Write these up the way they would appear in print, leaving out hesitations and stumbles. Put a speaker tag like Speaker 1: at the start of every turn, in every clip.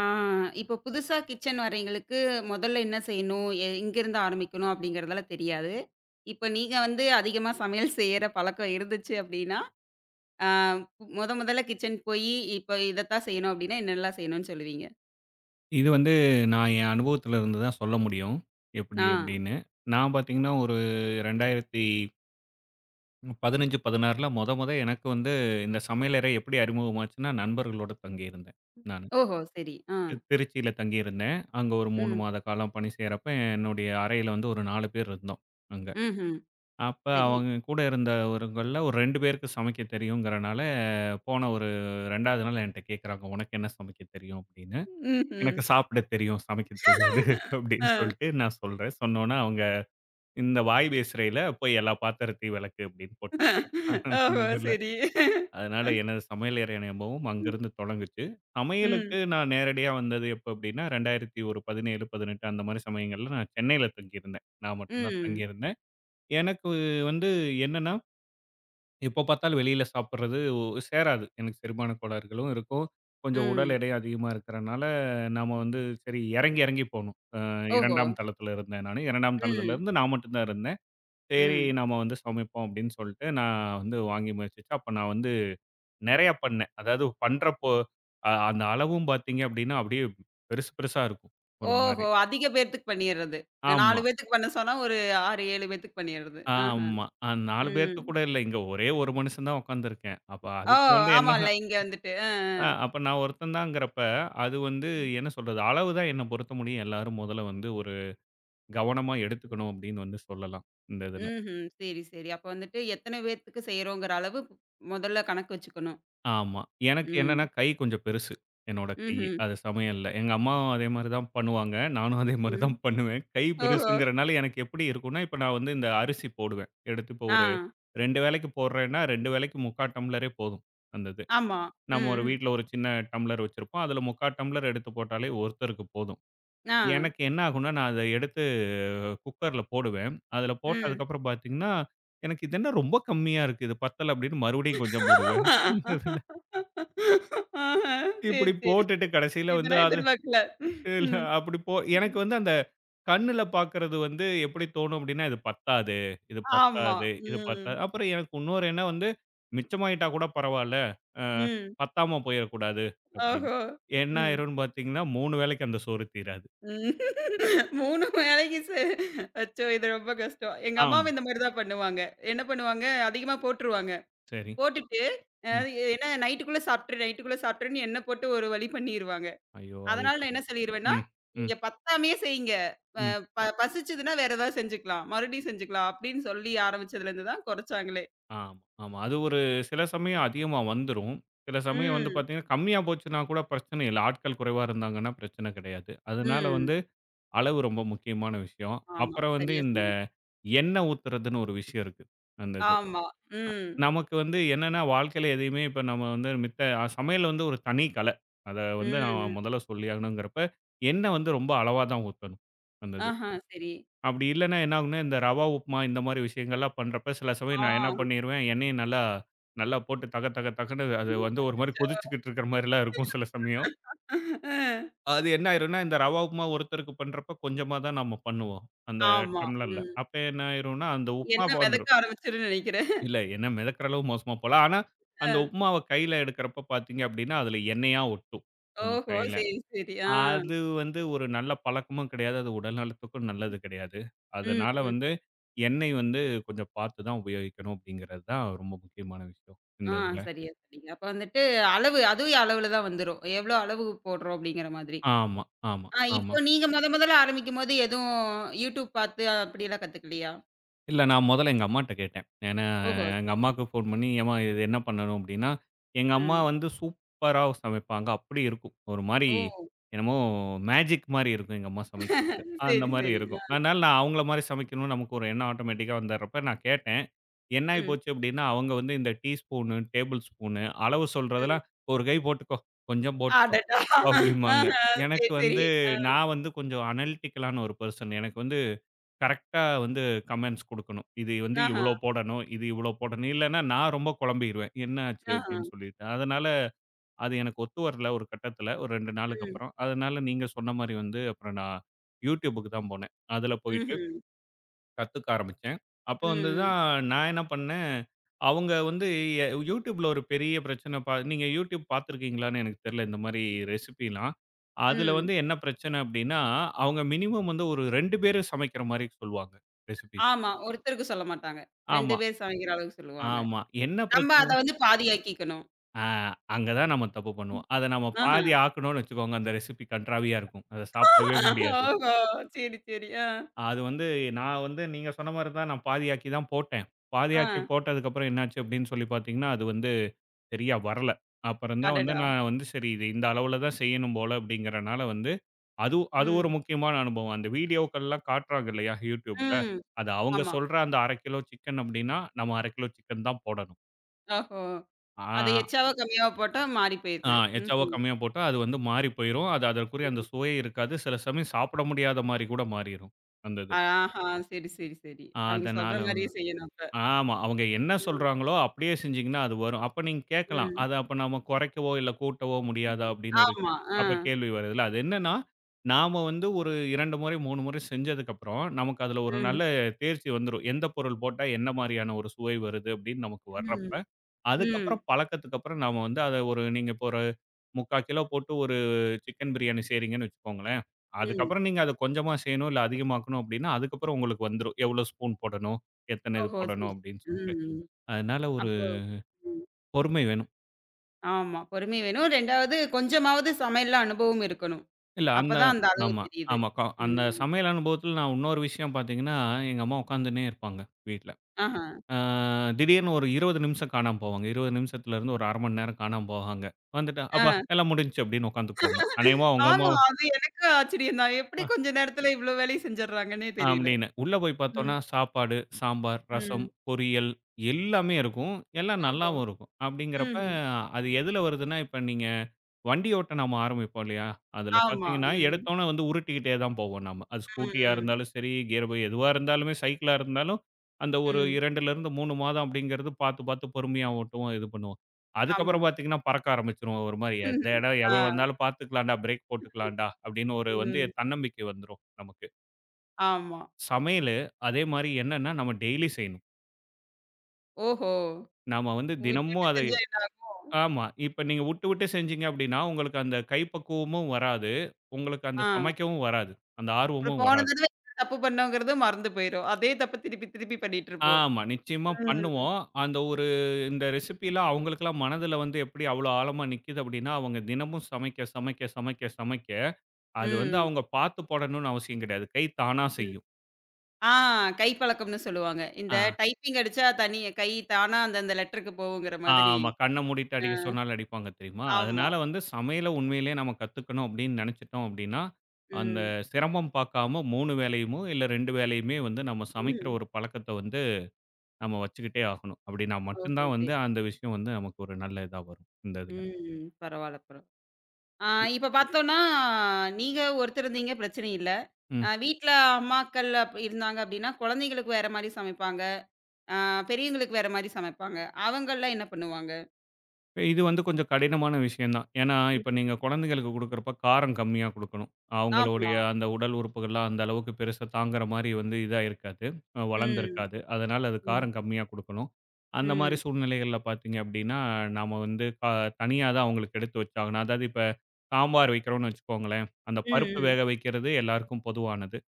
Speaker 1: ஆ, இப்போ புதுசா கிச்சன் வரீங்களுக்கு முதல்ல என்ன செய்யணும்? எங்கேருந்து ஆரம்பிக்கணும்? அப்படிங்கிறதெல்லாம் தெரியாது. இப்ப நீங்க வந்து அதிகமா சமையல் செய்யற பழக்கம் இருந்துச்சு அப்படின்னா, ஆ மொதல்ல கிச்சன் போயி, இப்ப இதத்தான் செய்யணும் அப்படின்னா, என்னெல்லாம் செய்யணும்னு சொல்லுவீங்க?
Speaker 2: இது வந்து நான் என் அனுபவத்துல இருந்து தான் சொல்ல முடியும். எப்படி
Speaker 1: ஆ.
Speaker 2: அப்படின்னு. நான் பார்த்தீங்கன்னா, ஒரு 2015, 16ல மொத மொத எனக்கு வந்து இந்த சமையலறை எப்படி அறிமுகமாச்சுன்னா, நண்பர்களோட தங்கியிருந்தேன் நானு.
Speaker 1: ஓஹோ! சரி. ஆ.
Speaker 2: திருச்சியில தங்கியிருந்தேன். அங்க ஒரு 3
Speaker 1: ம்.
Speaker 2: மாத காலம் பணி செய்றப்ப, என்னுடைய அறையில வந்து ஒரு 4 பேர் இருந்தோம் அங்க.
Speaker 1: ம்ஹ்ம்.
Speaker 2: அப்ப
Speaker 1: சரி.
Speaker 2: அவங்க கூட இருந்தவர்கள்ல ஒரு 2 பேருக்கு சமைக்க தெரியுங்கிறனால, போன ஒரு 2வது நாள் என்ட்ட கேட்குறாங்க, "உனக்கு என்ன சமைக்க தெரியும்?" அப்படின்னு.
Speaker 1: ம்ஹ்ம்.
Speaker 2: எனக்கு சாப்பிட தெரியும். சமைக்க தெரியாது அப்படின்னு
Speaker 1: ஆ.
Speaker 2: சொல்லிட்டு நான் சொல்றேன். சொன்னோனே அவங்க இந்த வாய் பேசுறையில போய் எல்லா பாத்திரத்தையும் விளக்கு அப்படின்னு போட்டாங்க. அந்த
Speaker 1: ஓஹோ!
Speaker 2: இதுல.
Speaker 1: சரி.
Speaker 2: அதனால எனது சமையலறை அனுபவம்
Speaker 1: ம்.
Speaker 2: அங்கிருந்து தொடங்குச்சு.
Speaker 1: ம்.
Speaker 2: சமையலுக்கு நான் நேரடியா வந்தது எப்ப அப்படின்னா, 2017, 18 அந்த மாரி சமயங்கள்ல நான் சென்னையில தங்கியிருந்தேன். நான் மட்டும் தான்
Speaker 1: ம்.
Speaker 2: தங்கியிருந்தேன். எனக்கு வந்து என்னன்னா, எப்ப பார்த்தாலும் வெளியில சாப்பிடுறது சேராது. எனக்கு செரிமான கோளாறுகளும் இருக்கும். கொஞ்சம் உடல்
Speaker 1: ம்.
Speaker 2: எடையும் அதிகமா இருக்கிறனால, நாம வந்து சரி இறங்கி இறங்கி போணும்.
Speaker 1: ஓஹோ!
Speaker 2: 2ஆம் தளத்துல இருந்தேன் நானு. 2ஆம் தளத்துல
Speaker 1: ம்.
Speaker 2: இருந்து நான் மட்டும் தான் இருந்தேன். சரி
Speaker 1: ம்.
Speaker 2: நாம வந்து சமைப்போம் அப்படின்னு சொல்லிட்டு நான் வந்து வாங்கி முயற்சிச்சேன். அப்ப நான் வந்து நெறைய பண்ணேன். அதாவது பண்றப்போ அந்த அளவும் பார்த்தீங்க அப்படின்னா அப்படியே பெருசு பெருசா இருக்கும். ஒரு மாரி.
Speaker 1: ஓஹோ! அதிக பேத்துக்கு பண்ணிர்றது. 4
Speaker 2: ஆமா,
Speaker 1: பேத்துக்கு பண்ண சொன்னா, ஒரு 6, 7 பேத்துக்கு பண்ணிர்றது. ஆஹ.
Speaker 2: ஆமா. 4
Speaker 1: ம்.
Speaker 2: பேத்துக்கு கூட இல்ல. இங்க ஒரே ஒரு மனுஷன் தான் உட்கார்ந்திருக்கேன். அப்ப
Speaker 1: ஓ!
Speaker 2: அதுக்கு வந்து என்னன்னா
Speaker 1: ஆமால்ல. இங்க வந்துட்டு. அ, அ.
Speaker 2: அப்ப நான் ஒருத்தன் தான்ங்கிறப்ப அது வந்து என்ன சொல்றது? அளவு தான் என்ன பொறுத்த முடியும் எல்லாரும் முதல்ல வந்து ஒரு கவனமா எடுத்துக்கணும் அப்படின்னு வந்து சொல்லலாம். இந்த இதுல.
Speaker 1: ம்ஹ்ம். சரி, சரி. அப்ப வந்துட்டு எத்தன பேத்துக்கு செய்றோங்கிற அளவு முதல்ல கணக்கு வச்சுக்கணும்.
Speaker 2: ஆமா. எனக்கு என்னன்னா,
Speaker 1: ம்.
Speaker 2: கை கொஞ்சம் பெருசு. என்னோட கையி.
Speaker 1: ம்ஹ்ம்.
Speaker 2: அது சமையல்ல. எங்க அம்மாவும் அதே மாரி தான் பண்ணுவாங்க. நானும் அதே மாரி
Speaker 1: ம்.
Speaker 2: தான் பண்ணுவேன். கை
Speaker 1: ஓஹோ!
Speaker 2: பெருசுங்கிறனால எனக்கு எப்படி இருக்கும்னா, இப்ப நான் வந்து இந்த அரிசி போடுவேன். எடுத்து இப்போ
Speaker 1: ஆ.
Speaker 2: ஒரு 2 வேளைக்கு போடுறேன்னா, 2 வேளைக்கு 3/4 டம்ளரே போதும். அந்த இது.
Speaker 1: ஆமா. ம்,
Speaker 2: நம்ம ஒரு
Speaker 1: ம்.
Speaker 2: வீட்ல ஒரு சின்ன டம்ளர் வச்சிருப்போம். அதுல 3/4 டம்ளர் எடுத்து போட்டாலே ஒருத்தருக்கு போதும்.
Speaker 1: ஆ.
Speaker 2: எனக்கு என்ன ஆகும்னா, நான் அத எடுத்து குக்கர்ல போடுவேன். அதுல
Speaker 1: ம்.
Speaker 2: போட்டதுக்கப்புறம் பார்த்தீங்கன்னா, எனக்கு இது என்ன ரொம்ப கம்மியா இருக்கு. இது பத்தல அப்படின்னு மறுபடியும் கொஞ்சம் போடுவேன்.
Speaker 1: ஆஹ. சரி,
Speaker 2: இப்படி
Speaker 1: சரி.
Speaker 2: போட்டுட்டு கடைசியில
Speaker 1: இத
Speaker 2: வந்து
Speaker 1: நான்
Speaker 2: அது
Speaker 1: எதிர்பார்க்கல.
Speaker 2: இல்ல
Speaker 1: ம்.
Speaker 2: அப்படி போ எனக்கு
Speaker 1: ம்.
Speaker 2: வந்து அந்த கண்ணுல பார்க்கறது வந்து எப்படி தோணும் அப்படின்னா, இது பத்தாது, இது
Speaker 1: ஆமா.
Speaker 2: பத்தாது, இது
Speaker 1: ம்.
Speaker 2: பத்தாது. அப்புறம் எனக்கு இன்னொரு எண்ணம் வந்து மிச்சமாயிட்டா கூட பரவால்ல. அ
Speaker 1: ம்.
Speaker 2: பத்தாம போயிறக்கூடாது அப்படின்னு.
Speaker 1: ஓஹோ!
Speaker 2: என்ன
Speaker 1: ம்.
Speaker 2: ஆயிரும்னு பார்த்தீங்கன்னா, 3 வேளைக்கு அந்த சோறு தீராது.
Speaker 1: ம். 3 வேளைக்கு செ அச்சோ! இது ரொம்ப கஷ்டம். எங்க
Speaker 2: ஆமா.
Speaker 1: அம்மாவும் இந்த மாரி தான் பண்ணுவாங்க. என்ன பண்ணுவாங்க, அதிகமா போட்டுருவாங்க.
Speaker 2: சரி.
Speaker 1: போட்டுட்டு, அ
Speaker 2: ம்.
Speaker 1: ஏன்னா நைட்டுக்குள்ள சாப்ட்ரு, நைட்டுக்குள்ள சாப்ட்ருன்னு என்ன போட்டு ஒரு வழி பண்ணிருவாங்க.
Speaker 2: ஐயோ! அது
Speaker 1: அதனால நான் என்ன சொல்லிருவேன்னா,
Speaker 2: ம், ம்,
Speaker 1: நீங்க பத்தாமயே செய்யுங்க. அ
Speaker 2: ம்.
Speaker 1: ப பசிச்சதுன்னா வேற ஏதாவது செஞ்சுக்கலாம். மறுபடியும் செஞ்சுக்கலாம். அப்படின்னு சொல்லி ஆரம்பிச்சதுலருந்து தான் குறைச்சாங்களே.
Speaker 2: ஆமா, ஆமா. அது ஒரு சில சமயம் அதிகமா வந்துரும். சில சமயம் வந்து
Speaker 1: ம்.
Speaker 2: பார்த்தீங்கன்னா, கம்மியா போச்சுன்னா கூட பிரச்சனை இல்ல. ஆட்கள் குறைவா இருந்தாங்கன்னா பிரச்சனை கிடையாது. அதனால
Speaker 1: ம்.
Speaker 2: வந்து அளவு ரொம்ப முக்கியமான விஷயம்.
Speaker 1: ஆமா.
Speaker 2: அப்புறம் வந்து
Speaker 1: சரியா
Speaker 2: இந்த
Speaker 1: சொன்னீங்க.
Speaker 2: எண்ணெய் ஊத்துறதுன்னு ஒரு விஷயம் இருக்கு. அந்த இது.
Speaker 1: ஆமா. ம்.
Speaker 2: நமக்கு வந்து என்னன்னா வாழ்க்கையில எதையுமே இப்ப நம்ம வந்து மித்த சமையல் வந்து ஒரு தனி கலை. அத வந்து
Speaker 1: ம்.
Speaker 2: நான்
Speaker 1: ம்.
Speaker 2: முதல்ல சொல்லியாகணுங்கிறப்ப, எண்ணெய் வந்து ரொம்ப அளவா தான் ஊத்தணும். அந்த இதுல.
Speaker 1: ஆஹா, சரி.
Speaker 2: அப்படி இல்லன்னா என்ன ஆகும்னா, இந்த ரவா உப்புமா இந்த மாரி விஷயங்கள்லாம் பண்றப்ப, சில சமயம்
Speaker 1: ஆ.
Speaker 2: நான் என்ன பண்ணிருவேன், எண்ணெய நல்லா நல்லா போட்டு தக தக தகன்னு அது வந்து ஒரு மாரி
Speaker 1: அச்சச்சோ!
Speaker 2: கொதிச்சுக்கிட்டு இருக்கிற மாரிலாம் இருக்கும் சில சமயம். அது என்ன ஆயிரும்னா, இந்த ரவா உப்புமா ஒருத்தருக்கு பண்றப்ப கொஞ்சமா தான் நம்ம பண்ணுவோம். அந்த
Speaker 1: ஆமா.
Speaker 2: டம்ளர்ல.
Speaker 1: ம்.
Speaker 2: அப்ப என்ன ஆயிரும்னா, அந்த உப்புமா
Speaker 1: என்ன
Speaker 2: வந்துரும்.
Speaker 1: வெதக்க ஆரம்பிச்சுருன்னு நெனைக்கிறேன்.
Speaker 2: இல்ல என்ன மிதக்கிற அளவு மோசமா போல. ஆனா,
Speaker 1: அ.
Speaker 2: அந்த உப்புமாவ கையில எடுக்கிறப்ப பார்த்தீங்க அப்படின்னா, அதுல எண்ணெயா ஒட்டும். நம்ம
Speaker 1: ஓஹோ!
Speaker 2: கையில.
Speaker 1: சரி, சரி. ஆ.
Speaker 2: அது வந்து ஒரு நல்ல பழக்கமும் கிடையாது. அது உடல் நலத்துக்கும் நல்லது கிடையாது.
Speaker 1: ம்,
Speaker 2: அதனால
Speaker 1: ம்.
Speaker 2: வந்து எண்ணெய் வந்து கொஞ்சம் பார்த்து தான் உபயோகிக்கணும் அப்படிங்கிறது தான் ரொம்ப முக்கியமான விஷயம். இந்த
Speaker 1: ஆ
Speaker 2: இதுல.
Speaker 1: சரியா சொன்னீங்க. அப்ப வந்துட்டு அளவு அதுவே அளவுல தான் வந்துரும். எவ்வளோ அளவு போடுறோம் அப்படிங்கிற மாதிரி.
Speaker 2: ஆமா, ஆமா,
Speaker 1: ஆ
Speaker 2: ஆமா.
Speaker 1: இப்போ நீங்க மொதல்ல ஆரம்பிக்கும்போது எதுவும் YouTube பார்த்து அப்படியெல்லாம் கத்துக்கலையா?
Speaker 2: இல்ல. நான் மொதல்ல எங்க அம்மாட்ட கேட்டேன். ஏன்னா,
Speaker 1: ஓஹோ!
Speaker 2: எங்க
Speaker 1: சரி.
Speaker 2: அம்மாவுக்கு ஃபோன் பண்ணி, "ஏம்மா இது என்ன பண்ணணும்?" அப்படின்னா, எங்க அம்மா
Speaker 1: ம்.
Speaker 2: வந்து சூப்பரா சமைப்பாங்க. அப்படி இருக்கும். ஒரு மாரி
Speaker 1: ஓ!
Speaker 2: என்னமோ மேஜிக் மாரி இருக்கும் எங்க அம்மா சமைக்கிறது. அந்த
Speaker 1: சரி,
Speaker 2: மாரி
Speaker 1: சரி.
Speaker 2: இருக்கும்.
Speaker 1: ஆ.
Speaker 2: அதனால நான் அவங்கள மாரி சமைக்கணும்னு நமக்கு ஒரு எண்ணம் ஆட்டோமேட்டிக்கா வந்துடுறப்ப நான் கேட்டேன். என்ன ஆயி
Speaker 1: ம்,
Speaker 2: போச்சு அப்படின்னா, அவங்க வந்து இந்த டீ ஸ்பூனு, டேபிள் ஸ்பூனு அளவு
Speaker 1: ம்.
Speaker 2: சொல்றதெல்லாம், "ஒரு கை போட்டுக்கோ, கொஞ்சம் போட்டுக்கோ"
Speaker 1: அடடா! ஆஹ.
Speaker 2: அப்படிம்பாங்க. எனக்கு
Speaker 1: சரி,
Speaker 2: வந்து
Speaker 1: சரி. ஆ.
Speaker 2: நான் வந்து கொஞ்சம் அனலிட்டிக்கலான ஒரு பெர்சன். எனக்கு வந்து கரெக்ட்டா வந்து கமெண்ட்ஸ் குடுக்கணும். இது வந்து
Speaker 1: ஆஹா,
Speaker 2: இவ்ளோ போடணும், இது இவ்ளோ போடணும். இல்லன்னா நான் ரொம்ப குழம்பிருவேன். என்ன ஆச்சு
Speaker 1: ஆஹா.
Speaker 2: அப்டின்னு சொல்லிட்டு. அதனால அது எனக்கு ஒத்து வரல ஒரு கட்டத்துல. ஒரு 2 நாளுக்கு
Speaker 1: ம்.
Speaker 2: அப்புறம். அதனால நீங்க சொன்ன மாரி வந்து அப்புறம் நான் YouTubeக்கு தான் போனேன். அதுல போயிட்டு
Speaker 1: ம்ஹ்ம்.
Speaker 2: கத்துக்க ஆரம்பிச்சேன். அப்ப வந்து
Speaker 1: ம்.
Speaker 2: தான் நான் என்ன பண்ணேன், அவங்க வந்து YouTubeல ஒரு பெரிய பிரச்சனை நீங்க YouTube பார்த்துருக்கீங்களான்னு எனக்கு தெரியல இந்த மாரி ரெசிபிலாம். அதுல
Speaker 1: ம்.
Speaker 2: வந்து என்ன பிரச்சனை அப்டின்னா, அவங்க மினிமம் வந்து ஒரு 2 பேரு சமைக்கிற மாரி சொல்லுவாங்க ரெசிபி.
Speaker 1: ஆமா. ஒருத்தருக்கு சொல்ல மாட்டாங்க. 2
Speaker 2: ஆமா,
Speaker 1: பேர் சமைக்கிற அளவுக்கு சொல்லுவாங்க.
Speaker 2: ஆமா. என்ன
Speaker 1: நம்ம
Speaker 2: பிரச்சனை?
Speaker 1: அத வந்து பாதியாக்கிக்கணும்.
Speaker 2: ஆ அங்க தான் நம்ம தப்பு பண்ணுவோம். அத நம்ம
Speaker 1: ஆஹா.
Speaker 2: பாதி ஆக்குனோம்னு வச்சுக்கோங்க, அந்த ரெசிபி கண்றாவியா இருக்கும். அத சாப்பிடவே முடியாது.
Speaker 1: ஓஹோ! சரி, சரி. ஆ.
Speaker 2: அது வந்து நான் வந்து நீங்க சொன்ன மாரி தான் நான் பாதியாக்கி தான் போட்டேன்.
Speaker 1: ஆ.
Speaker 2: பாதியாக்கி போட்டதுக்கப்புறம் என்னாச்சு அப்படின்னு சொல்லி பார்த்தீங்கன்னா, அது வந்து சரியா வரல. அப்புறம் தான் வந்து
Speaker 1: அடடா!
Speaker 2: நான் வந்து சரி இது இந்த அளவுல தான் செய்யணும் போல அப்படிங்கிறனால வந்து அது அது ஒரு
Speaker 1: ம்.
Speaker 2: முக்கியமான அனுபவம். அந்த வீடியோக்கள்லாம் காட்டுறாங்க இல்லையா YouTubeல.
Speaker 1: ம்.
Speaker 2: அது அவங்க
Speaker 1: ஆமா.
Speaker 2: சொல்ற அந்த 1/2 கிலோ சிக்கன் அப்படின்னா, நம்ம 1/2 கிலோ சிக்கன் தான் போடணும்.
Speaker 1: ஓஹோ! அத
Speaker 2: ஆ.
Speaker 1: எச்சாவோ, கம்மியாவோ போட்டா மாறி
Speaker 2: ஆ
Speaker 1: போயிருது.
Speaker 2: எச்சாவோ
Speaker 1: ம்ஹ்ம்.
Speaker 2: கம்மியா போட்டா, அது வந்து மாறி போயிரும். அது அதற்குரிய அந்த
Speaker 1: ம்.
Speaker 2: சுவையே இருக்காது. சில சமயம் சாப்பிட முடியாத மாரி கூட மாறிரும். அந்த இது.
Speaker 1: ஆஹா! சரி, சரி, சரி. அவைங்க
Speaker 2: அதனால
Speaker 1: சொல்ற
Speaker 2: வந்து
Speaker 1: மாரியே செய்யணும் அப்ப.
Speaker 2: ஆமா. அவங்க என்ன
Speaker 1: ம்.
Speaker 2: சொல்றாங்களோ அப்படியே செஞ்சீங்கன்னா அது வரும். அப்ப நீங்க கேட்கலாம்.
Speaker 1: ம்.
Speaker 2: அத அப்ப நம்ம குறைக்கவோ, இல்ல கூட்டவோ முடியாதா? அப்படின்னு இருக்கு.
Speaker 1: ஆமா. ஆ.
Speaker 2: அப்ப கேள்வி வருதுல்ல. அது என்னன்னா, நாம வந்து ஒரு 2 முறை, 3 முறை செஞ்சதுக்கப்புறம், நமக்கு அதுல ஒரு
Speaker 1: ம்.
Speaker 2: நல்ல தேர்ச்சி வந்துரும். எந்த பொருள் போட்டா என்ன மாரியான ஒரு சுவை வருது அப்படின்னு நமக்கு வர்றப்ப,
Speaker 1: ம். ம்.
Speaker 2: அதுக்கப்புறம் பழக்கத்துக்கு அப்புறம் நாம வந்து அத ஒரு நீங்க இப்போ ஒரு 3/4 கிலோ போட்டு ஒரு சிக்கன் பிரியாணி செய்றீங்கன்னு வச்சுக்கோங்களேன்.
Speaker 1: ம்.
Speaker 2: அதுக்கப்புறம் நீங்க அத கொஞ்சமா செய்யணும், இல்ல அதிகமாக்கணும் அப்படின்னா, அதுக்கப்புறம் உங்களுக்கு வந்துரும். எவ்வளோ ஸ்பூன் போடணும்? எத்தன இது
Speaker 1: ஓஹோ!
Speaker 2: போடணும்
Speaker 1: சரி.
Speaker 2: அப்படின்னு சொல்லிட்டு.
Speaker 1: ம்.
Speaker 2: அதனால ஒரு
Speaker 1: அப்போ ம்.
Speaker 2: பொறுமை வேணும்.
Speaker 1: ஆமா. பொறுமை வேணும். 2வது கொஞ்சமாவது சமையல்ல அனுபவம் இருக்கணும்.
Speaker 2: இல்ல அந்த
Speaker 1: அப்பதான் அந்த அளவு
Speaker 2: ஆமா,
Speaker 1: தெரியுது.
Speaker 2: ஆமா. அந்த
Speaker 1: ம்.
Speaker 2: சமையல் அனுபவத்தில நான் இன்னொரு விஷயம் பார்த்தீங்கன்னா, எங்க அம்மா உட்காந்துன்னே இருப்பாங்க வீட்ல.
Speaker 1: ஆஹா.
Speaker 2: ஆ திடீர்னு ஒரு 20 நிமிஷம் காணாம போவாங்க. 20 நிமிஷத்திலருந்து ஒரு 1/2 மணி நேரம் காணாம போவாங்க. வந்துட்டு, "அப்பா
Speaker 1: ஆ.
Speaker 2: எல்லாம் முடிஞ்சுச்சு" அப்படின்னு உட்காந்துக்குவாங்க. அநேகமா உங்க
Speaker 1: ஆமா.
Speaker 2: அம்மாவ
Speaker 1: அது எனக்கும் ஆச்சரியம் தான். எப்படி கொஞ்ச நேரத்துல இவ்ளோ வேலைய செஞ்சர்றாங்கன்னே தெரியல.
Speaker 2: அப்படின்னு. உள்ள போய்
Speaker 1: ம்.
Speaker 2: பார்த்தோம்னா, சாப்பாடு, சாம்பார், ரசம்,
Speaker 1: ம்.
Speaker 2: பொரியல் எல்லாமே இருக்கும். எல்லாம்
Speaker 1: ஓஹோ!
Speaker 2: நல்லாவும் இருக்கும். அப்படிங்கிறப்ப,
Speaker 1: ம்ஹ்ம்.
Speaker 2: அது எதுல வருதுன்னா, இப்ப நீங்க வண்டி ஓட்ட நாம ஆரம்பிப்போம் இல்லையா? அதுல
Speaker 1: ஆமா.
Speaker 2: பார்த்தீங்கன்னா,
Speaker 1: ம்.
Speaker 2: எடுத்தோனே வந்து உருட்டிக்கிட்டே தான் போவோம் நாம. அது
Speaker 1: ம்.
Speaker 2: ஸ்கூட்டியா
Speaker 1: ம்.
Speaker 2: இருந்தாலும் சரி, கியர் பை எதுவா இருந்தாலுமே, சைக்கிளா இருந்தாலும், அந்த ஒரு
Speaker 1: ம்.
Speaker 2: 2லிருந்து 3 மாதம் அப்படிங்கிறது பார்த்து, பார்த்து பொறுமையா ஓட்டுவோம், இது பண்ணுவோம்.
Speaker 1: ஆமா.
Speaker 2: அதுக்கப்புறம் பார்த்தீங்கன்னா, பறக்க ஆரம்பிச்சுருவோம் ஒரு மாரி. "இந்த
Speaker 1: ம்ஹ்ம்.
Speaker 2: இடம்
Speaker 1: ஆ.
Speaker 2: எவன் வந்தாலும் பார்த்துக்கலாம்டா, பிரேக் போட்டுக்கலாம்டா" அப்படின்னு ஒரு வந்து
Speaker 1: ம்.
Speaker 2: தன்னம்பிக்கை வந்துரும் நமக்கு.
Speaker 1: ஆமா.
Speaker 2: சமையலு, அதே மாரி என்னன்னா, நம்ம டெய்லி செய்யணும்.
Speaker 1: ஓஹோ!
Speaker 2: நாம வந்து தினமும்
Speaker 1: விட்டுட்டு
Speaker 2: அதை
Speaker 1: செஞ்சா என்ன ஆகும்?
Speaker 2: ஆமா. இப்ப நீங்க விட்டு, விட்டு செஞ்சீங்க அப்படின்னா, உங்களுக்கு அந்த கைப்பக்குவமும் வராது. உங்களுக்கு அந்த
Speaker 1: ஆ.
Speaker 2: சமைக்கவும் வராது. அந்த
Speaker 1: அப்புறம்
Speaker 2: ஆர்வமும்
Speaker 1: போன
Speaker 2: வராது.
Speaker 1: தடவ என்ன தப்பு பண்ணோங்கிறது மறந்து போயிரும். அதே தப்ப திருப்பி திருப்பி பண்ணிட்டு இருப்போம்.
Speaker 2: ஆமா. நிச்சயமா
Speaker 1: ம்.
Speaker 2: பண்ணுவோம். அந்த ஒரு இந்த ரெசிபிலாம் அவங்களுக்கெல்லாம் மனதில வந்து எப்படி அவ்வளோ ஆழமா நிக்குது அப்படின்னா, அவங்க தினமும் சமைக்க, சமைக்க, சமைக்க, சமைக்க அது வந்து
Speaker 1: ம்.
Speaker 2: அவங்க பார்த்து போடணும்னு அவசியம் கிடையாது. கை தானா
Speaker 1: ம்.
Speaker 2: செய்யும்.
Speaker 1: ஆ கை பழக்கம்னு சொல்லுவாங்க. இந்த
Speaker 2: ஆ.
Speaker 1: டைப்பிங் அடிச்சா தனி கை தானா அந்த அந்த லெட்டருக்கு போகுங்கிற மாதிரி.
Speaker 2: ஆமா. கண்ண மூடிட்டு
Speaker 1: ஆ
Speaker 2: அடிக்க சொன்னாலும் அடிப்பாங்க தெரியுமா?
Speaker 1: ஆமா.
Speaker 2: அதனால வந்து சமையல உண்மையிலேயே நம்ம கத்துக்கணும் அப்படின்னு நெனச்சுட்டோம் அப்படின்னா, அந்த
Speaker 1: ம்.
Speaker 2: சிரமம் பாக்காம 3 வேலையுமோ, இல்ல 2 வேலையுமே வந்து நம்ம சமைக்கிற
Speaker 1: ம்.
Speaker 2: ஒரு பழக்கத்த வந்து நம்ம வச்சுக்கிட்டே ஆகணும். அப்படின்னா மட்டும்
Speaker 1: ஓஹோ!
Speaker 2: தான்
Speaker 1: சரி.
Speaker 2: வந்து அந்த விஷயம் வந்து நமக்கு ஒரு நல்ல இதா வரும். இந்த இதுல.
Speaker 1: ம். பரவால்ல, பரவா ஆ இப்ப பார்த்தோம்னா, நீங்க ஒருத்தர் இருந்தீங்க பிரச்சனை இல்ல.
Speaker 2: ம்.
Speaker 1: அ வீட்ல அம்மாக்கள் இருந்தாங்க அப்டின்னா, குழந்தைங்களுக்கு வேற மாரி சமைப்பாங்க. ஆ பெரியவங்களுக்கு வேற மாரி சமைப்பாங்க. அவங்கலாம் என்ன பண்ணுவாங்க?
Speaker 2: இப்ப இது வந்து கொஞ்சம் கடினமான விஷயம் தான். ஏன்னா, இப்ப
Speaker 1: ம்.
Speaker 2: நீங்க குழந்தைகளுக்கு குடுக்குறப்ப காரம் கம்மியா குடுக்கணும். அவங்களுடைய
Speaker 1: ஆமா.
Speaker 2: அந்த உடல் உறுப்புகள்லாம் அந்த அளவுக்கு பெருசா தாங்குற மாரி வந்து இதா இருக்காது.
Speaker 1: ம்.
Speaker 2: வளர்ந்திருக்காது. அதனால அது
Speaker 1: ம்.
Speaker 2: காரம் கம்மியா குடுக்கணும். அந்த மாரி
Speaker 1: ம்.
Speaker 2: சூழ்நிலைகள்ல பார்த்தீங்க அப்டின்னா, நாம வந்து தனியா தான் அவங்களுக்கு எடுத்து வச்சாகணும். அதாவது இப்ப சாம்பார் வைக்கிறோம்னு வச்சுக்கோங்களேன், அந்த பருப்பு
Speaker 1: ம். ம்.
Speaker 2: வேக வைக்கிறது எல்லாருக்கும் பொதுவானது.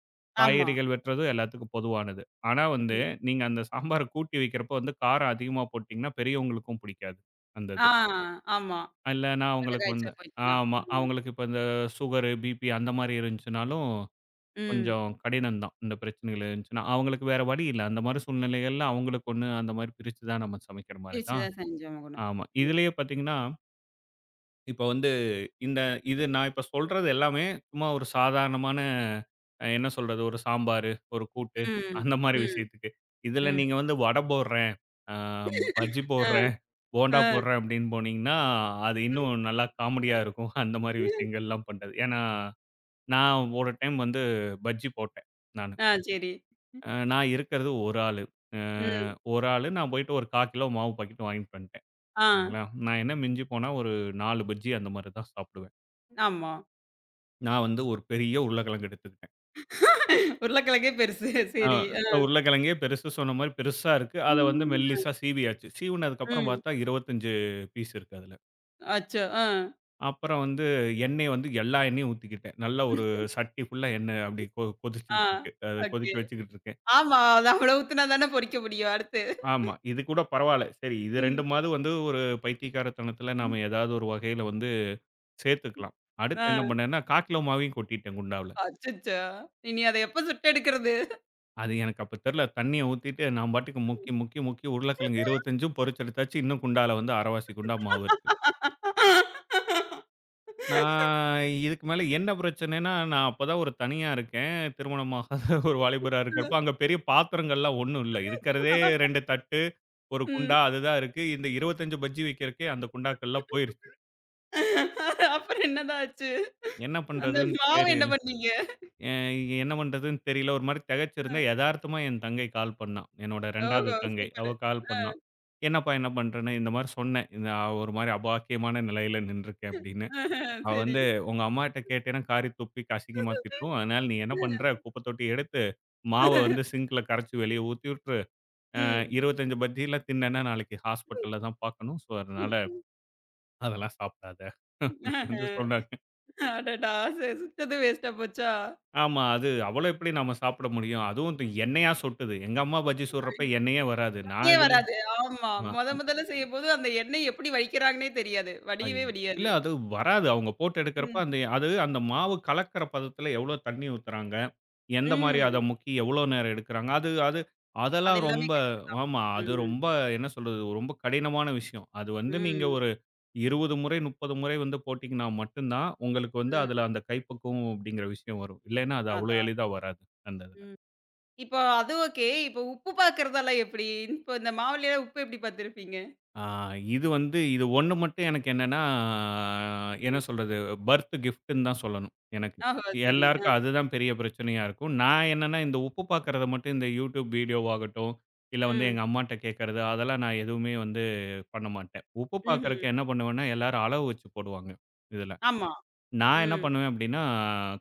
Speaker 1: ஆமா.
Speaker 2: காய்கறிகள் வெட்டுறது எல்லாத்துக்கும் பொதுவானது. ஆனா வந்து,
Speaker 1: ம்.
Speaker 2: நீங்க அந்த சாம்பார கூட்டி வைக்கிறப்ப வந்து காரம் அதிகமா போட்டீங்கன்னா, பெரியவங்களுக்கும் பிடிக்காது. அந்த
Speaker 1: ஆ
Speaker 2: இது.
Speaker 1: ஆமா.
Speaker 2: இல்லன்னா
Speaker 1: மிளகாய்
Speaker 2: அவங்களுக்கு
Speaker 1: காய்ச்சா
Speaker 2: வந்து
Speaker 1: போச்சுன்னா.
Speaker 2: ஆமா.
Speaker 1: ம்.
Speaker 2: அவங்களுக்கு இப்ப இந்த சுகர், பிபி அந்த மாரி இருந்துச்சுனாலும்,
Speaker 1: ம்.
Speaker 2: கொஞ்சம் கடினம் தான். இந்த பிரச்சனைகள் இருந்துச்சுன்னா, அவங்களுக்கு வேற வழி இல்ல. அந்த மாரி சூழ்நிலைகள்ல அவங்களுக்கு ஒண்ணு அந்த மாரி பிரிச்சு தான் நம்ம சமைக்கிற மாரி
Speaker 1: பிரிச்சு
Speaker 2: தான்.
Speaker 1: தான் செஞ்சாகணும்.
Speaker 2: ஆமா. இதிலேயே பார்த்தீங்கன்னா, இப்ப வந்து இந்த இது நான் இப்ப சொல்றது எல்லாமே சும்மா ஒரு சாதாரணமான என்ன சொல்றது? ஒரு சாம்பாரு, ஒரு கூட்டு
Speaker 1: ம்.
Speaker 2: அந்த மாரி
Speaker 1: ம்.
Speaker 2: விஷயத்துக்கு. இதுல
Speaker 1: ம்.
Speaker 2: நீங்க வந்து வடை போடுறேன், அ பஜ்ஜி
Speaker 1: ஆ.
Speaker 2: போடுறேன்,
Speaker 1: ஆ.
Speaker 2: போண்டா போடுறேன் அப்படின்னு போனீங்கன்னா, அது இன்னும் நல்லா காமெடியா இருக்கும். அந்த மாரி
Speaker 1: ம்.
Speaker 2: விஷயங்கள்லாம் பண்றது. ஏன்னா, நான் ஒரு டைம் வந்து பஜ்ஜி போட்டேன் நானு.
Speaker 1: ஆ சரி.
Speaker 2: நான் இருக்கிறது ஒரு ஆளு. அ
Speaker 1: ம்.
Speaker 2: ஒரு ஆளு நான் போயிட்டு ஒரு 1/4 கிலோ மாவு பாக்கெட் வாங்கிட்டு வந்துட்டேன்.
Speaker 1: ஆ.
Speaker 2: சரிங்களா? நான் என்ன மிஞ்சி போனா ஒரு 4 பஜ்ஜி அந்த மாரி தான் சாப்பிடுவேன்.
Speaker 1: ஆமா.
Speaker 2: நான் வந்து ஒரு பெரிய உருளைக்கிழங்கு எடுத்துக்கிட்டேன்.
Speaker 1: உருளைக்கிழங்கே பெருசு.
Speaker 2: அ
Speaker 1: சரி. ஆ.
Speaker 2: உருளைக்கிழங்கே பெருசா சொன்ன மாரி பெருசா இருக்கு. அத வந்து
Speaker 1: ம்.
Speaker 2: மெல்லிசா சீவியாச்சு. சீவுனதுக்கப்புறம்
Speaker 1: ம்.
Speaker 2: பார்த்தா 25 பீஸ் இருக்கு அதுல.
Speaker 1: அச்சோ! ஆ.
Speaker 2: அப்புறம் வந்து எண்ணெய வந்து எல்லா எண்ணெயும் ஊத்திக்கிட்டேன். நல்லா ஒரு சட்டி ஃபுல்லா எண்ணெய் அப்படி
Speaker 1: ஆ.
Speaker 2: கொதிச்சுக்கிட்டு இருக்கு. அத
Speaker 1: ஓகே.
Speaker 2: கொதிக்க வச்சுக்கிட்டு இருக்கேன்.
Speaker 1: ஆமா. அது அவ்ளோ ஊத்துனா தானே பொரிக்க முடியும் அடுத்து.
Speaker 2: ஆமா. இது கூட பரவால்ல. சரி இது 2மாவது வந்து ஒரு பைத்தியக்காரத்தனத்துல
Speaker 1: ம்.
Speaker 2: நாம ஏதாவது ஒரு வகையில வந்து சேர்த்துக்கலாம். அடுத்து என்ன
Speaker 1: ஆ.
Speaker 2: பண்ணேன்னா, கால் கிலோ மாவையும் கொட்டிட்டேன் குண்டாவுல.
Speaker 1: அச்சச்சோ! இனி அத எப்ப சுட்டெடுக்கிறது?
Speaker 2: அது எனக்கு அப்ப தெரியல. தண்ணீய ஊத்திட்டு நான் பாட்டுக்கு முக்கி, முக்கி, முக்கி
Speaker 1: ம்.
Speaker 2: உருளைக்கிழங்கு 25ம் பொரிச்செடுத்தாச்சு. இன்னும் குண்டால வந்து அரவாசி குண்டா மாவு இருக்கு. நான் இதுக்கு மேல என்ன பிரச்சனைன்னா, நான் அப்பதான் ஒரு தனியா இருக்கேன். திருமணமாகாத ஒரு வாலிபரா இருக்கிறப்ப, அங்க பெரிய பாத்திரங்கள்லாம் ஒண்ணும் இல்ல. இருக்கிறதே 2 தட்டு, 1
Speaker 1: ம்.
Speaker 2: குண்டா அதுதான் இருக்கு. இந்த 25 பஜ்ஜி வைக்கிறக்கே அந்த குண்டாக்கள்லாம் போயிருச்சு.
Speaker 1: அப்புறம் என்னதான் ஆச்சு?
Speaker 2: என்ன
Speaker 1: அந்த
Speaker 2: பண்றதுன்னு
Speaker 1: மாவு என்ன
Speaker 2: தெரியல.
Speaker 1: பண்ணீங்க?
Speaker 2: எ என்ன பண்றதுன்னு தெரியல. ஒரு மாரி
Speaker 1: அ.
Speaker 2: திகைச்சிருந்தேன். எதார்த்தமா என் தங்கை கால் பண்ணா. என்னோட 2வது
Speaker 1: ஓஹோ!
Speaker 2: தங்கை.
Speaker 1: சூப்பரு.
Speaker 2: அவ கால்
Speaker 1: அ.
Speaker 2: பண்ணா. "என்னப்பா என்ன பண்றேன்னு?" இந்த மாரி சொன்னேன். "இந்த ஒரு மாரி அபாக்கியமான நிலையில நின்றுருக்கேன்" அப்படின்னு.
Speaker 1: ஆஹா,
Speaker 2: அவ
Speaker 1: சரி.
Speaker 2: வந்து "உங்க அம்மாட்ட கேட்டேன்னா காரி துப்பி அசிங்கமா திட்டும். அதனால நீ என்ன பண்ற குப்பை தொட்டி எடுத்து மாவ வந்து சிங்க்ல கரைச்சு வெளிய ஊத்தி விட்டுரு. அ
Speaker 1: ம்.
Speaker 2: 25 பஜ்ஜிலாம் தின்னேன்னா நாளைக்கு ஹாஸ்பிட்டல்ல தான் பார்க்கணும். ஸோ அதனால அதெல்லாம் சாப்பிடாத" வந்து சொன்னாங்க.
Speaker 1: அடடா! சுட்டது வேஸ்ட்டா போச்சா?
Speaker 2: ஆமா. அது அவ்வளோ எப்படி நம்ம சாப்பிட முடியும்? அதுவும் எண்ணெயா சொட்டுது. எங்க அம்மா பஜ்ஜி சுடுறப்ப எண்ணெயே வராது. நான்
Speaker 1: எண்ணெயே
Speaker 2: இதுல
Speaker 1: வராது. ஆமா.
Speaker 2: அ
Speaker 1: மொதல்ல செய்யும்போது அந்த எண்ணெய் எப்படி வடிக்கிறாங்கன்னே தெரியாது. வடியவே
Speaker 2: ஐயோ! இல்ல
Speaker 1: வடியாது.
Speaker 2: அது வராது. அவங்க போட்டு எடுக்கிறப்ப
Speaker 1: ம்.
Speaker 2: அந்த அது அந்த மாவு கலக்கிற பதத்துல எவ்வளோ தண்ணி ஊத்துறாங்க? எந்த மாரி அத
Speaker 1: ம்.
Speaker 2: முக்கி எவ்வளோ நேரம் எடுக்குறாங்க? அது அது
Speaker 1: அது
Speaker 2: அதெல்லாம்
Speaker 1: எல்லாமே
Speaker 2: ரொம்ப
Speaker 1: கணக்கு தான்.
Speaker 2: ஆமா. அது
Speaker 1: ம்.
Speaker 2: ரொம்ப என்ன சொல்றது? ரொம்ப கடினமான விஷயம். அது வந்து நீங்க
Speaker 1: ம்.
Speaker 2: ஒரு 20 முறை, 30 முறை வந்து போட்டீங்கன்னா மட்டும் தான் உங்களுக்கு வந்து
Speaker 1: ம்.
Speaker 2: அதுல அந்த கைப்பக்குவம் அப்படிங்கிற விஷயம் வரும். இல்லைன்னா அது அவ்வளோ
Speaker 1: அதான்.
Speaker 2: எளிதா வராது. அந்த இதுல.
Speaker 1: ம். இப்போ அது ஓகே. இப்போ உப்பு பார்க்கிறதெல்லாம் எப்படி? இப்போ இந்த மாவுலயே உப்பு எப்படி பார்த்திருப்பீங்க?
Speaker 2: ஆ இது வந்து இது ஒண்ணு மட்டும் எனக்கு என்னன்னா, என்ன
Speaker 1: ம்.
Speaker 2: சொல்றது? பர்த் கிஃப்ட்ன்னு தான் சொல்லணும் எனக்கு.
Speaker 1: ஓஹோ! சரி. அ.
Speaker 2: எல்லாருக்கும் அதுதான் பெரிய பிரச்சனையா இருக்கும். நான் என்னன்னா, இந்த உப்பு பார்க்கறத மட்டும் இந்த YouTube வீடியோவாகட்டும், இல்ல வந்து
Speaker 1: ம்.
Speaker 2: எங்க அம்மாட்ட கேட்கறது, அதெல்லாம் நான் எதுவுமே வந்து பண்ண மாட்டேன். உப்பு
Speaker 1: ம்ஹ்ம்.
Speaker 2: பார்க்கறக்கு என்ன பண்ணுவேன்னா, எல்லாரும் அளவு வச்சு போடுவாங்க, இதுல.
Speaker 1: ஆமா.
Speaker 2: நான் என்ன
Speaker 1: ம்.
Speaker 2: பண்ணுவேன் அப்படின்னா,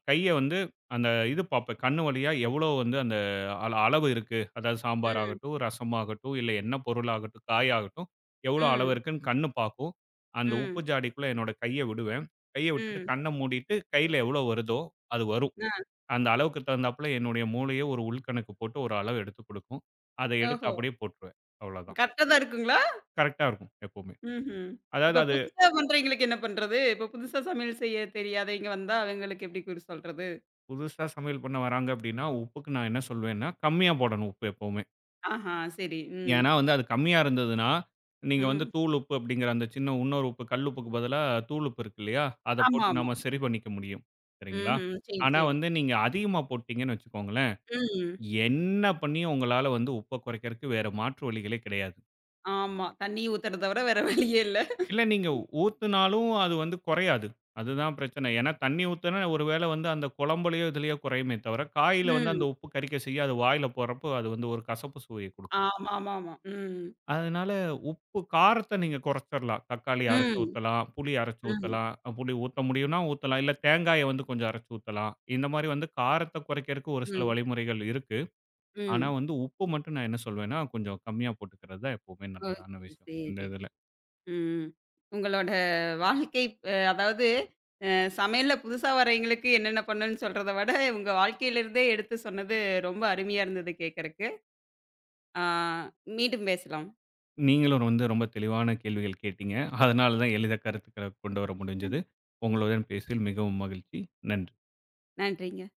Speaker 2: கைய வந்து அந்த இது பார்ப்பேன். கண்ணு வழியா எவ்வளோ வந்து அந்த அளவு இருக்கு. அதாவது சாம்பார்
Speaker 1: ம்.
Speaker 2: ஆகட்டும், ரசம் ஆகட்டும், இல்ல என்ன பொருள் ஆகட்டும், காய் ஆகட்டும், எவ்வளோ அளவு
Speaker 1: ம்.
Speaker 2: இருக்குன்னு கண்ணு பார்க்கும். அந்த உப்பு
Speaker 1: ம்.
Speaker 2: ஜாடிக்குள்ள என்னோட கைய விடுவேன். கைய விட்டுட்டு
Speaker 1: ம்.
Speaker 2: கண்ண மூடிட்டு கையில எவ்வளோ வருதோ அது வரும்.
Speaker 1: அ.
Speaker 2: அந்த அளவுக்கு தகுந்தாப்புல என்னுடைய மூளையே ஒரு உள்கணக்கு போட்டு ஒரு அளவு எடுத்துக் குடுக்கும். அத எடுத்து
Speaker 1: ஓஹோ!
Speaker 2: அப்படியே போட்டுருவேன். அவ்வளோதான்.
Speaker 1: கரெக்ட்டா தான் இருக்குங்களா?
Speaker 2: கரெக்ட்டா இருக்கும் எப்பவுமே.
Speaker 1: ம்ஹ்ம்.
Speaker 2: அதாவது
Speaker 1: இப்போ
Speaker 2: அது
Speaker 1: புதுசா பண்றவைங்களுக்கு என்ன பண்றது? இப்போ புதுசா சமையல் செய்ய தெரியாதவைங்க வந்தா அவங்களுக்கு எப்படி குறி சொல்றது?
Speaker 2: புதுசா சமையல் பண்ண வராங்க அப்படின்னா, உப்புக்கு நான் என்ன சொல்வேன்னா, கம்மியா போடணும் உப்பு எப்பவுமே.
Speaker 1: ஆஹா! சரி. ம்.
Speaker 2: ஏன்னா வந்து அது கம்மியா இருந்ததுன்னா, நீங்க வந்து
Speaker 1: ம்.
Speaker 2: தூள் உப்பு அப்படிங்கிற அந்த சின்ன இன்னொரு உப்பு கல் உப்புக்கு பதிலா தூள் உப்பு இருக்கு இல்லையா? அத போட்டு
Speaker 1: ஆமாமா.
Speaker 2: நம்ம சரி பண்ணிக்க முடியும். சரிங்களா?
Speaker 1: ம்ஹ்ம். சரி,
Speaker 2: ஆனா
Speaker 1: சரி.
Speaker 2: வந்து நீங்க அதிகமா போட்டீங்கன்னு வச்சுக்கோங்களேன்,
Speaker 1: ம்.
Speaker 2: என்ன பண்ணியும் உங்களால வந்து உப்ப குறைக்கிறதுக்கு வேற மாற்று வழிகளே கிடையாது.
Speaker 1: ஆமா. தண்ணி ஊத்துறத தவிர வேற வழியே இல்ல.
Speaker 2: இல்ல நீங்க ஊத்துனாலும் அது வந்து குறையாது. அதுதான் பிரச்சனை. ஏன்னா தண்ணி ஊத்துனா ஒருவேளை வந்து அந்த குழம்புலயோ, இதுலயோ குறையுமே தவிர, காயில வந்து
Speaker 1: ம்.
Speaker 2: அந்த உப்பு கரிக்க செய்ய அது வாயில போடுறப்போ அது வந்து ஒரு கசப்பு சுவையை குடுக்கும்.
Speaker 1: ஆமாமாமா. ம்.
Speaker 2: அதனால உப்பு காரத்த நீங்க குறைச்சிரலாம். தக்காளி அரைச்சு
Speaker 1: ம்.
Speaker 2: ஊத்தலாம், புளி அரைச்சு
Speaker 1: ம்.
Speaker 2: ஊத்தலாம். புளி ஊத்த முடியும்னா ஊத்தலாம். இல்ல தேங்காய வந்து கொஞ்சம் அரைச்சு ஊத்தலாம். இந்த மாரி வந்து காரத்த குறைக்கிறதுக்கு ஒரு சில
Speaker 1: ம்.
Speaker 2: வழிமுறைகள் இருக்கு. ஆனா
Speaker 1: ம்.
Speaker 2: வந்து உப்பு மட்டும் நான் என்ன சொல்வேன்னா, கொஞ்சம் கம்மியா போட்டுக்கிறது தான் எப்பவுமே
Speaker 1: ஓகே.
Speaker 2: நல்லதான விஷயம், இந்த
Speaker 1: சரி.
Speaker 2: இதுல.
Speaker 1: ம். உங்களோட வாழ்க்கை அ அதாவது அ சமையல்ல புதுசா வரவைங்களுக்கு என்னென்ன பண்ணணும்னு சொல்றத விட, உங்க வாழ்க்கையிலிருந்தே எடுத்து சொன்னது ரொம்ப அருமையா இருந்தது கேட்கறக்கு. ஆ மீண்டும் பேசலாம்.
Speaker 2: நீங்களும் வந்து ரொம்ப தெளிவான கேள்விகள் கேட்டீங்க. அதனால தான் எளித கருத்துக்கள கொண்டு வர முடிஞ்சது. உங்களுடன் பேசியதில் மிகவும் மகிழ்ச்சி. நன்றி.
Speaker 1: நன்றிங்க.